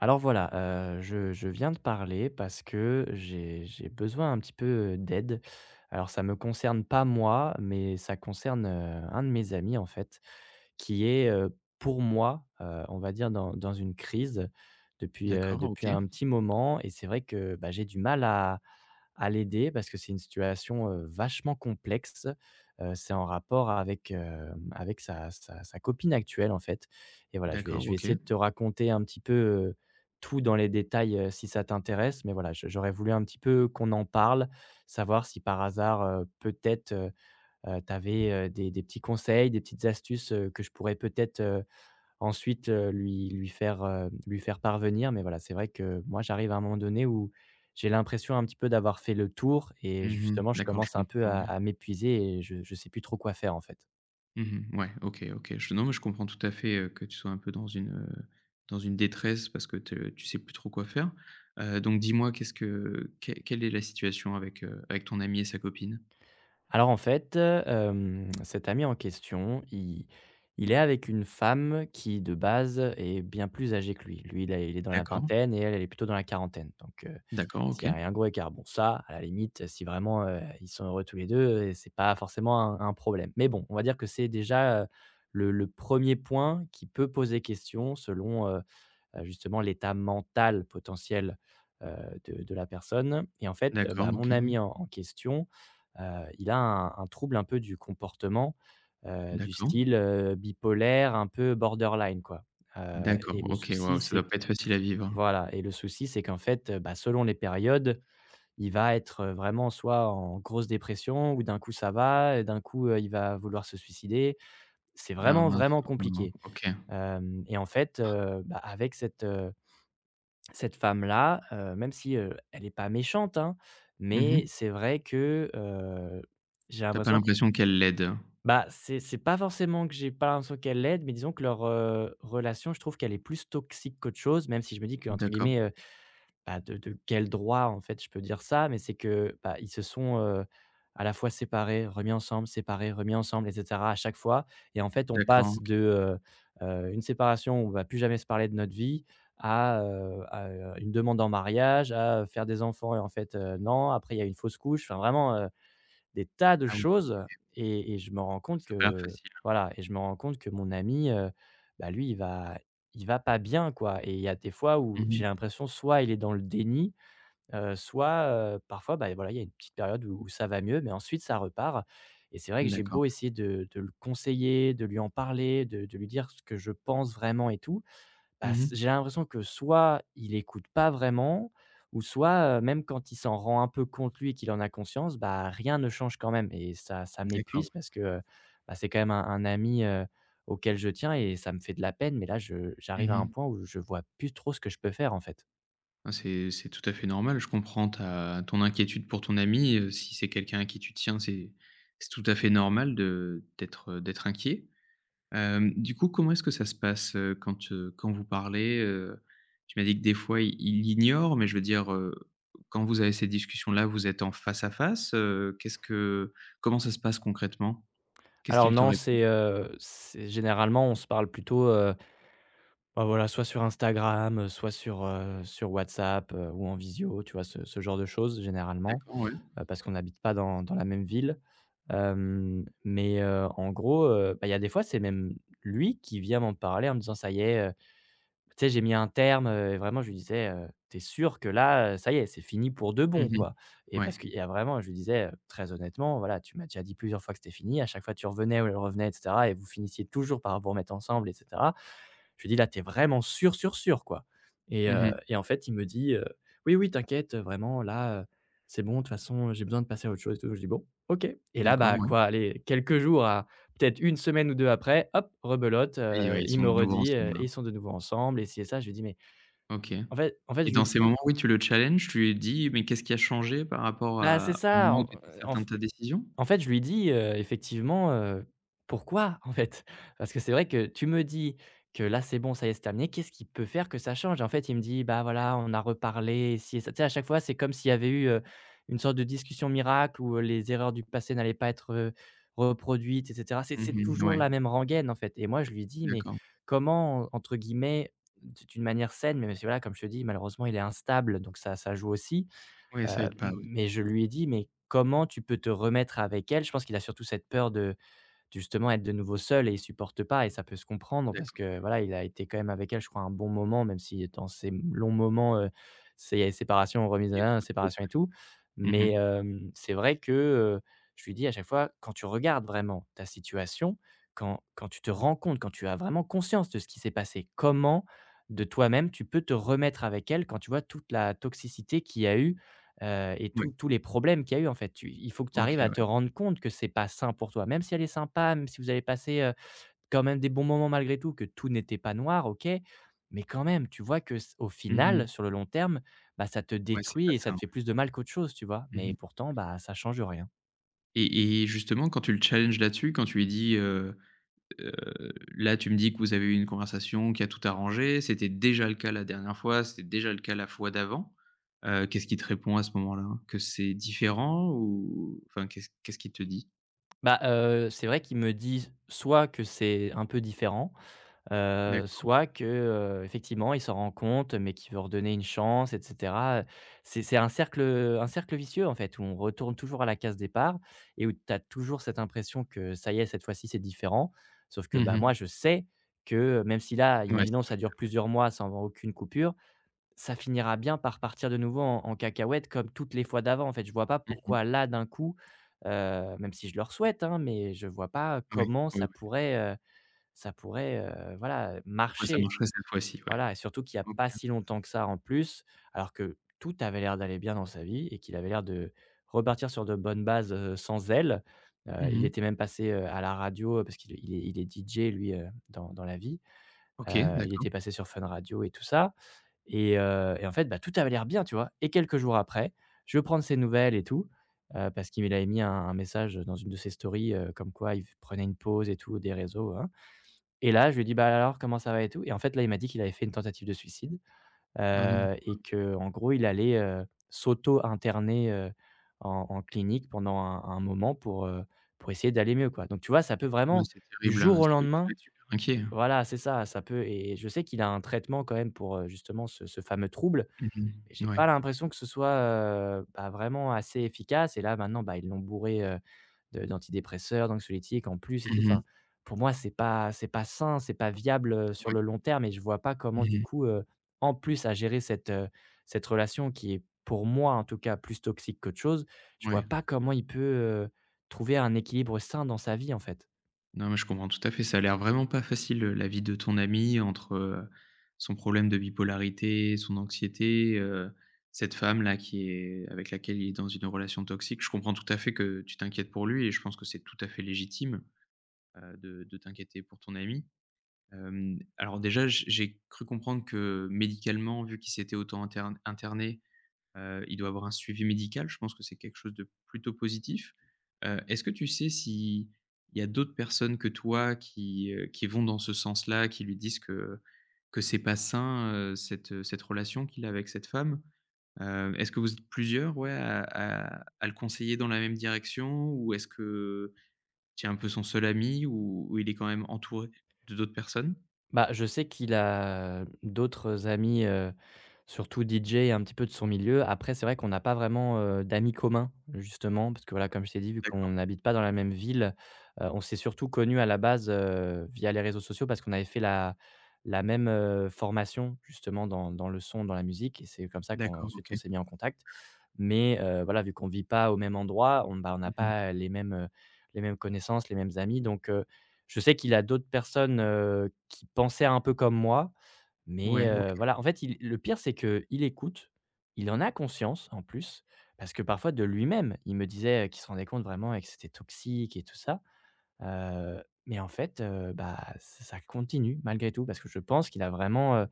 Alors voilà, je viens de parler parce que j'ai besoin un petit peu, d'aide. Alors ça me concerne pas moi, mais ça concerne, un de mes amis en fait, qui est, pour moi, on va dire dans une crise depuis, D'accord, depuis OK. un petit moment et c'est vrai que, bah, j'ai du mal à l'aider parce que c'est une situation, vachement complexe. C'est en rapport avec, avec sa copine actuelle en fait et voilà, je vais D'accord, je vais OK. essayer de te raconter un petit peu, tout dans les détails, si ça t'intéresse, mais voilà, je j'aurais voulu un petit peu qu'on en parle, savoir si par hasard, peut-être, tu avais, des petits conseils, des petites astuces, que je pourrais peut-être, ensuite, lui faire, lui faire parvenir. Mais voilà, c'est vrai que moi, j'arrive à un moment donné où j'ai l'impression un petit peu d'avoir fait le tour et Mmh, justement, je d'accord, je commence un peu comprends, ouais. à m'épuiser et je ne sais plus trop quoi faire, en fait. Mmh, ouais, OK, OK. Je Non, mais je comprends tout à fait, que tu sois un peu dans une détresse parce que te tu sais plus trop quoi faire. Donc dis-moi, qu'est-ce que quelle est la situation avec ton ami et sa copine? Alors en fait, cet ami en question, il est avec une femme qui, de base, est bien plus âgée que lui. Lui, il a il est dans la D'accord, vingtaine et elle, elle est plutôt dans la quarantaine. Donc d'accord, s'il y OK. a un gros écart, bon ça, à la limite, si vraiment, ils sont heureux tous les 2, et c'est pas forcément un problème. Mais bon, on va dire que c'est déjà, le 1 point qui peut poser question selon, justement l'état mental potentiel, de la personne et en fait, bah, D'accord, OK, mon oui. ami en question, heu, il a un trouble un peu du comportement, du D'accord. style, bipolaire, un peu borderline quoi, heu D'accord, et le OK, souci waouh, ça c'est doit pas que être facile à vivre. voilà et le souci c'est qu'en fait, bah, selon les périodes, il va être, vraiment soit en grosse dépression ou d'un coup ça va et d'un coup, il va vouloir se suicider. C'est Ah, vraiment, mince, vraiment mmh, compliqué. OK. Hem Et en fait, bah, avec cette, cette femme-là, même si, elle est pas méchante, hein, mais Mmh, c'est vrai que, j'ai t'as pas l'impression que l'impression qu'elle l'aide? bah, c'est pas forcément que j'ai pas l'impression qu'elle l'aide, mais disons que leur, relation, je trouve qu'elle est plus toxique qu'autre chose, même si je me dis que entre D'accord, guillemets, bah, de quel droit, en fait, je peux dire ça? Mais c'est que, bah, ils se sont, à la fois séparés, remis ensemble et cetera à chaque fois et en fait, on d'accord, passe OK. de, une séparation où on va plus jamais se parler de notre vie à, une demande en mariage, à, faire des enfants et en fait, non. Après, il y a une fausse couche. Enfin, vraiment, des tas de Ah oui, choses et je me rends compte ça a pas l'air que facile. voilà et je me rends compte que mon ami, bah, lui, il va pas bien, quoi et il y a des fois où Mmh, j'ai l'impression soit il est dans le déni, soit, parfois, bah, voilà, il y a une petite période où où ça va mieux mais ensuite ça repart et c'est vrai que j'ai d'accord. beau essayer de le conseiller, de lui en parler, de lui dire ce que je pense vraiment et tout, bah, Mmh s mh. j'ai l'impression que soit il écoute pas vraiment ou soit, même quand il s'en rend un peu compte lui et qu'il en a conscience, bah, rien ne change quand même et ça ça D'accord, m'épuise parce que, bah, c'est quand même un ami, auquel je tiens et ça me fait de la peine, mais là je ouais. j'arrive à Mmh un mh. point où je vois plus trop ce que je peux faire, en fait. Ah, c'est tout à fait normal. Je comprends ta ton inquiétude pour ton ami, si c'est quelqu'un à qui tu tiens, c'est tout à fait normal d'être inquiet. Du coup, comment est-ce que ça se passe, quand vous parlez? Tu m'as dit que des fois, il ignore, mais je veux dire, quand vous avez ces discussions-là, vous êtes en face à face? Qu'est-ce que Comment ça se passe concrètement? Qu'est-ce Alors qu'il te non, répond? C'est généralement on se parle plutôt, bah, voilà, soit sur Instagram, soit sur, sur WhatsApp, ou en visio, tu vois? Ce genre de choses généralement, D'accord, ouais. Parce qu'on n'habite pas dans la même ville. Mais en gros, bah, il y a des fois, c'est même lui qui vient m'en parler en me disant: «Ça y est, tu sais, j'ai mis un terme.» Et vraiment, je lui disais: tu sûr que là, ça y est, c'est fini pour de Mmh bon, mh. quoi?» Et Ouais. parce qu'il y a vraiment je lui disais, «Très honnêtement, voilà, tu m'as déjà dit plusieurs fois que c'était fini. À chaque fois, tu revenais ou elle revenait et cetera et vous finissiez toujours par vous remettre ensemble et cetera.» Je lui dis: «Là, t'es vraiment sûr, sûr, sûr, quoi.» Et Mmh mh. et en fait, il me dit, «Oui, oui, t'inquiète, vraiment là, c'est bon, de toute façon, j'ai besoin de passer à autre chose et tout.» Je dis: «Bon, OK.» Et là, D'accord, bah, ouais. quoi, allez, quelques jours à peut-être une semaine ou 2 après, hop, rebelote, Et ouais, ils il sont me de nouveau redit, ensemble, là. et ils sont de nouveau ensemble et ci et ça. Je lui dis: «Mais» OK. En fait, Et je lui dans dis ces moments, oui, tu le challenges, tu lui dis: «Mais qu'est-ce qui a changé par rapport bah, c'est à au ça, moment où tu étais en certain de ta décision?» En fait, je lui dis, effectivement, «Pourquoi, en fait?» Parce que c'est vrai que tu me dis que là, c'est bon, ça y est, c'est terminé. Qu'est-ce qui peut faire que ça change? Et en fait, il me dit: «Bah, voilà, on a reparlé, si.» Tu sais, à chaque fois, c'est comme s'il y avait eu, une sorte de discussion miracle où, les erreurs du passé n'allaient pas être, reproduites et cetera. C'est Mmh, toujours ouais, la même rengaine, en fait. Et moi, je lui dis: «Mais d'accord. comment, entre guillemets, d'une manière saine?» Mais voilà, comme je te dis, malheureusement, il est instable, donc ça ça joue aussi. Oui, ça aide pas, ouais, Mais je lui ai dit: «Mais comment tu peux te remettre avec elle?» Je pense qu'il a surtout cette peur de justement être de nouveau seul et il supporte pas et ça peut se comprendre parce d'accord. que voilà, il a été quand même avec elle, je crois, un bon moment, même si dans ces longs moments, c'est séparation, remise à Il y a l'un, beaucoup de pauses, séparation et tout. ouais. Mais Mmh, c'est vrai que, je lui dis à chaque fois: «Quand tu regardes vraiment ta situation, quand tu te rends compte, quand tu as vraiment conscience de ce qui s'est passé, comment de toi-même tu peux te remettre avec elle? Quand tu vois toute la toxicité qu'il y a eu et oui, tous les problèmes qu'il y a eu, en fait. Tu Il faut que tu arrives OK, à ouais. te rendre compte que c'est pas sain pour toi. Même si elle est sympa, même si vous avez passé, quand même des bons moments malgré tout, que tout n'était pas noir, OK, mais quand même, tu vois que c au Mmh, final, sur le long terme, bah, ça te ouais, c'est pas détruit et ça ça. te fait plus de mal qu'autre chose, tu vois? Ouais. Mais Mmh, pourtant, bah, ça change rien.» et justement, quand tu le challenges là-dessus, quand tu lui disheu: «Là, tu me dis que vous avez eu une conversation qui a tout arrangé, c'était déjà le cas la dernière fois, c'était déjà le cas la fois d'avant», qu'est-ce qu'il te répond à ce moment-là? Que c'est différent ou enfin, qu'est-ce qu'il te dit? Bah, c'est vrai qu'il me dit soit que c'est un peu différent. D'accord. Soit que, effectivement, il s'en rend compte, mais qu'il veut redonner une chance et cetera, c'est un cercle vicieux, en fait, où on retourne toujours à la case départ et où tu as toujours cette impression que ça y est, cette fois-ci, c'est différent. Sauf que, Mmh bah, moi, mh. je sais que, même si là, Ouais, imaginons, c'est pas ça le dure plusieurs mois sans avoir aucune coupure, ça finira bien par partir de nouveau en cacahuète comme toutes les fois d'avant, en fait. Je vois pas cas. Mmh mh. pourquoi là, d'un coup, même si je leur souhaite, hein, mais je vois pas Ouais, comment ouais, ouais. Ça pourrait, voilà, Pourquoi ça marcher. marcherait cette fois-ci, ouais. Voilà et surtout qu'il n'y a OK. pas si longtemps que ça en plus, alors que tout avait l'air d'aller bien dans sa vie et qu'il avait l'air de repartir sur de bonnes bases, sans elle. Mmh Il mh. était même passé, à la radio, parce qu' il est DJ lui, dans la vie. OK, Il d'accord. était passé sur Fun Radio et tout ça et en fait, bah, tout avait l'air bien, tu vois? Et quelques jours après, je veux prendre ses nouvelles et tout, parce qu'il avait mis un message dans une de ses stories, comme quoi il prenait une pause et tout des réseaux, hein. Et là, je lui ai dit: «Bah, alors, comment ça va et tout?» Et en fait, là, il m'a dit qu'il avait fait une tentative de suicide, Ah non, et heu, qu'en gros, il allait, s'auto-interner, en clinique pendant un moment pour essayer d'aller mieux, quoi. Donc tu vois, ça peut ouais, vraiment c'est du terrible, jour hein, au tu lendemain, dois être super inquiet, hein. voilà, c'est ça, ça peut. Et je sais qu'il a un traitement quand même pour, justement ce fameux trouble, Mmh mais mh. j'ai Ouais. pas l'impression que ce soit, bah, vraiment assez efficace. Et là maintenant, bah, ils l'ont bourré, de d'antidépresseurs, d'anxiolytiques en plus et tout. Mmh mh. Enfin, pour moi, c'est pas sain, c'est pas viable, sur Ouais. le long terme et je vois pas comment Mmh du mh. coup, en plus à gérer cette, cette relation qui est pour moi en tout cas plus toxique qu'autre chose, je vois Ouais. pas comment il peut, trouver un équilibre sain dans sa vie en fait. Non, mais je comprends tout à fait. Ça a l'air vraiment pas facile, la vie de ton ami entre, son problème de bipolarité, son anxiété, cette femme-là qui est avec laquelle il est dans une relation toxique. Je comprends tout à fait que tu t'inquiètes pour lui et je pense que c'est tout à fait légitime, de t'inquiéter pour ton ami. Alors déjà, j'ai cru comprendre que médicalement, vu qu'il s'était autant interne interné, il doit avoir un suivi médical. Je pense que c'est quelque chose de plutôt positif. Est-ce que tu sais s'il y a d'autres personnes que toi qui vont dans ce sens-là, qui lui disent que c'est pas sain, cette relation qu'il a avec cette femme? Est-ce que vous êtes plusieurs, ouais, à le conseiller dans la même direction ou est-ce que tu es un peu son seul ami ou il est quand même entouré de d'autres personnes? Bah, je sais qu'il a d'autres amis, surtout DJ et un petit peu de son milieu. Après, c'est vrai qu'on n'a pas vraiment, d'amis communs, justement, parce que, voilà, comme je t'ai dit, vu qu'on D'accord. n'habite pas dans la même ville, on s'est surtout connus à la base, via les réseaux sociaux parce qu'on avait fait la même, formation, justement, dans le son, dans la musique et c'est comme ça D'accord, qu'ensuite on OK. s'est mis en contact. Mais voilà, vu qu'on ne vit pas au même endroit, on, bah, on n'a Mmh mh. pas les mêmes, les mêmes connaissances, les mêmes amis. Donc je sais qu'il a d'autres personnes, qui pensaient un peu comme moi, mais Ouais, OK. Voilà. En fait, il le pire, c'est qu'il écoute, il en a conscience en plus, parce que parfois de lui-même, il me disait, qu'il se rendait compte vraiment et que c'était toxique et tout ça. Mais en fait, bah, ç ça continue malgré tout parce que je pense qu'il a vraiment,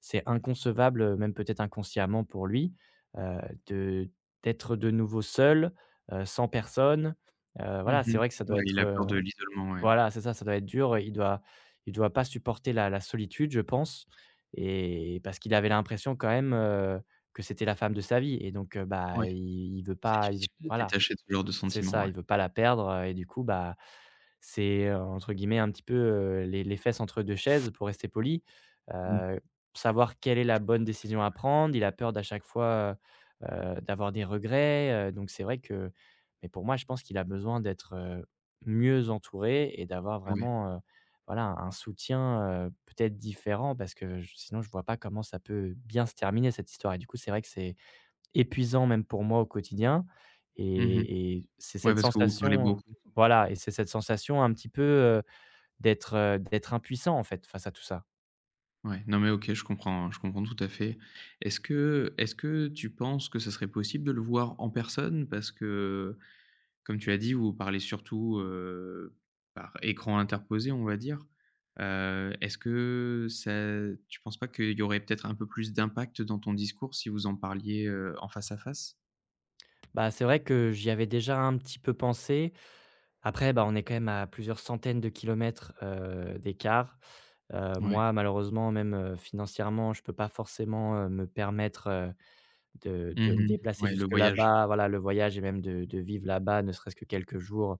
c'est inconcevable, même peut-être inconsciemment pour lui, heu, de d'être de nouveau seul, sans personne, Mmh voilà, c'est mh. vrai que ça doit Ouais, il être, a peur de l'isolement, ouais. voilà, c'est ça, ça doit être dur, il doit pas supporter la solitude, je pense, et parce qu'il avait l'impression quand même, que c'était la femme de sa vie et donc Ouais, bah, il veut c'est pas, il veut, difficile de se voilà. détacher de ce genre de C'est sentiment, ça, ouais. il veut pas la perdre, et du coup, bah, c'est, entre guillemets, un petit peu, les fesses entre 2 chaises pour rester poli. Mmh. Heu, Savoir quelle est la Je bonne comprends. décision à prendre. Il a peur d'à chaque fois, heu d'avoir des regrets, donc c'est vrai que mais pour moi, je pense qu'il a besoin d'être, mieux entouré et d'avoir Ouais. vraiment, voilà, un soutien, peut-être différent parce que j sinon je vois pas comment ça peut bien se terminer cette histoire et du coup, c'est vrai que c'est épuisant même pour moi au quotidien. Mmh mh. Et c'est Ouais, cette parce que vous vous parlez sensation beaucoup. voilà, et c'est cette sensation un petit peu, d'être, d'être impuissant en fait face à tout ça. Ouais. Non, mais OK, je comprends tout à fait. Est-ce que tu penses que ça serait possible de le voir en personne? Parce que Comme tu as dit, vous parlez surtout, par écran interposé, on va dire. Est-ce que ça Tu penses pas qu'il y aurait peut-être un peu plus d'impact dans ton discours si vous en parliez, en face à face? Bah, c'est vrai que j'y avais déjà un petit peu pensé. Après, bah, on est quand même à plusieurs centaines de kilomètres, d'écart. Oui. Moi malheureusement même, financièrement, je peux pas forcément, me permettre, de me Mmh, déplacer ouais, le jusque voyage. là-bas. Voilà, le voyage et même de vivre là-bas, ne serait-ce que quelques jours,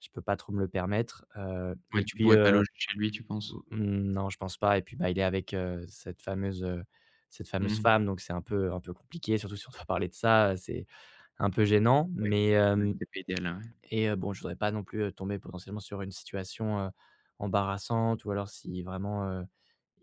je peux pas trop me le permettre. Ouais, Et tu puis, pourrais pas loger chez lui, tu penses? mmh, non, je pense pas. Et puis, bah, il est avec, cette fameuse Mmh. femme donc c'est un peu compliqué surtout si on doit parler de ça, c'est un peu gênant Ouais. mais Ouais, hem c'est pas idéal, hein, et bon, je voudrais pas non plus, tomber potentiellement sur une situation, embarrassante ou alors si vraiment,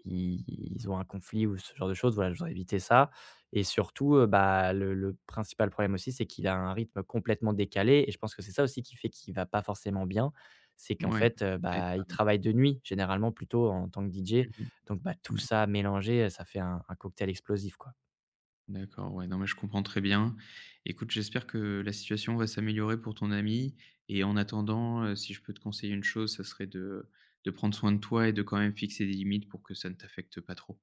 i ils ont un conflit ou ce genre de choses, voilà, je voudrais éviter ça et surtout, bah, le principal problème aussi, c'est qu'il a un rythme complètement décalé et je pense que c'est ça aussi qui fait qu'il va pas forcément bien. C'est ouais. qu'en Ouais, fait, ça aide bah, pas. il travaille de nuit généralement plutôt en tant que DJ, Mmh. donc bah, tout Ouais. ça mélangé, ça fait un cocktail explosif, quoi. D'accord, ouais, non, mais je comprends très bien. Écoute, j'espère que la situation va s'améliorer pour ton ami. Et en attendant, si je peux te conseiller une chose, ça serait de prendre soin de toi et de quand même fixer des limites pour que ça ne t'affecte pas trop.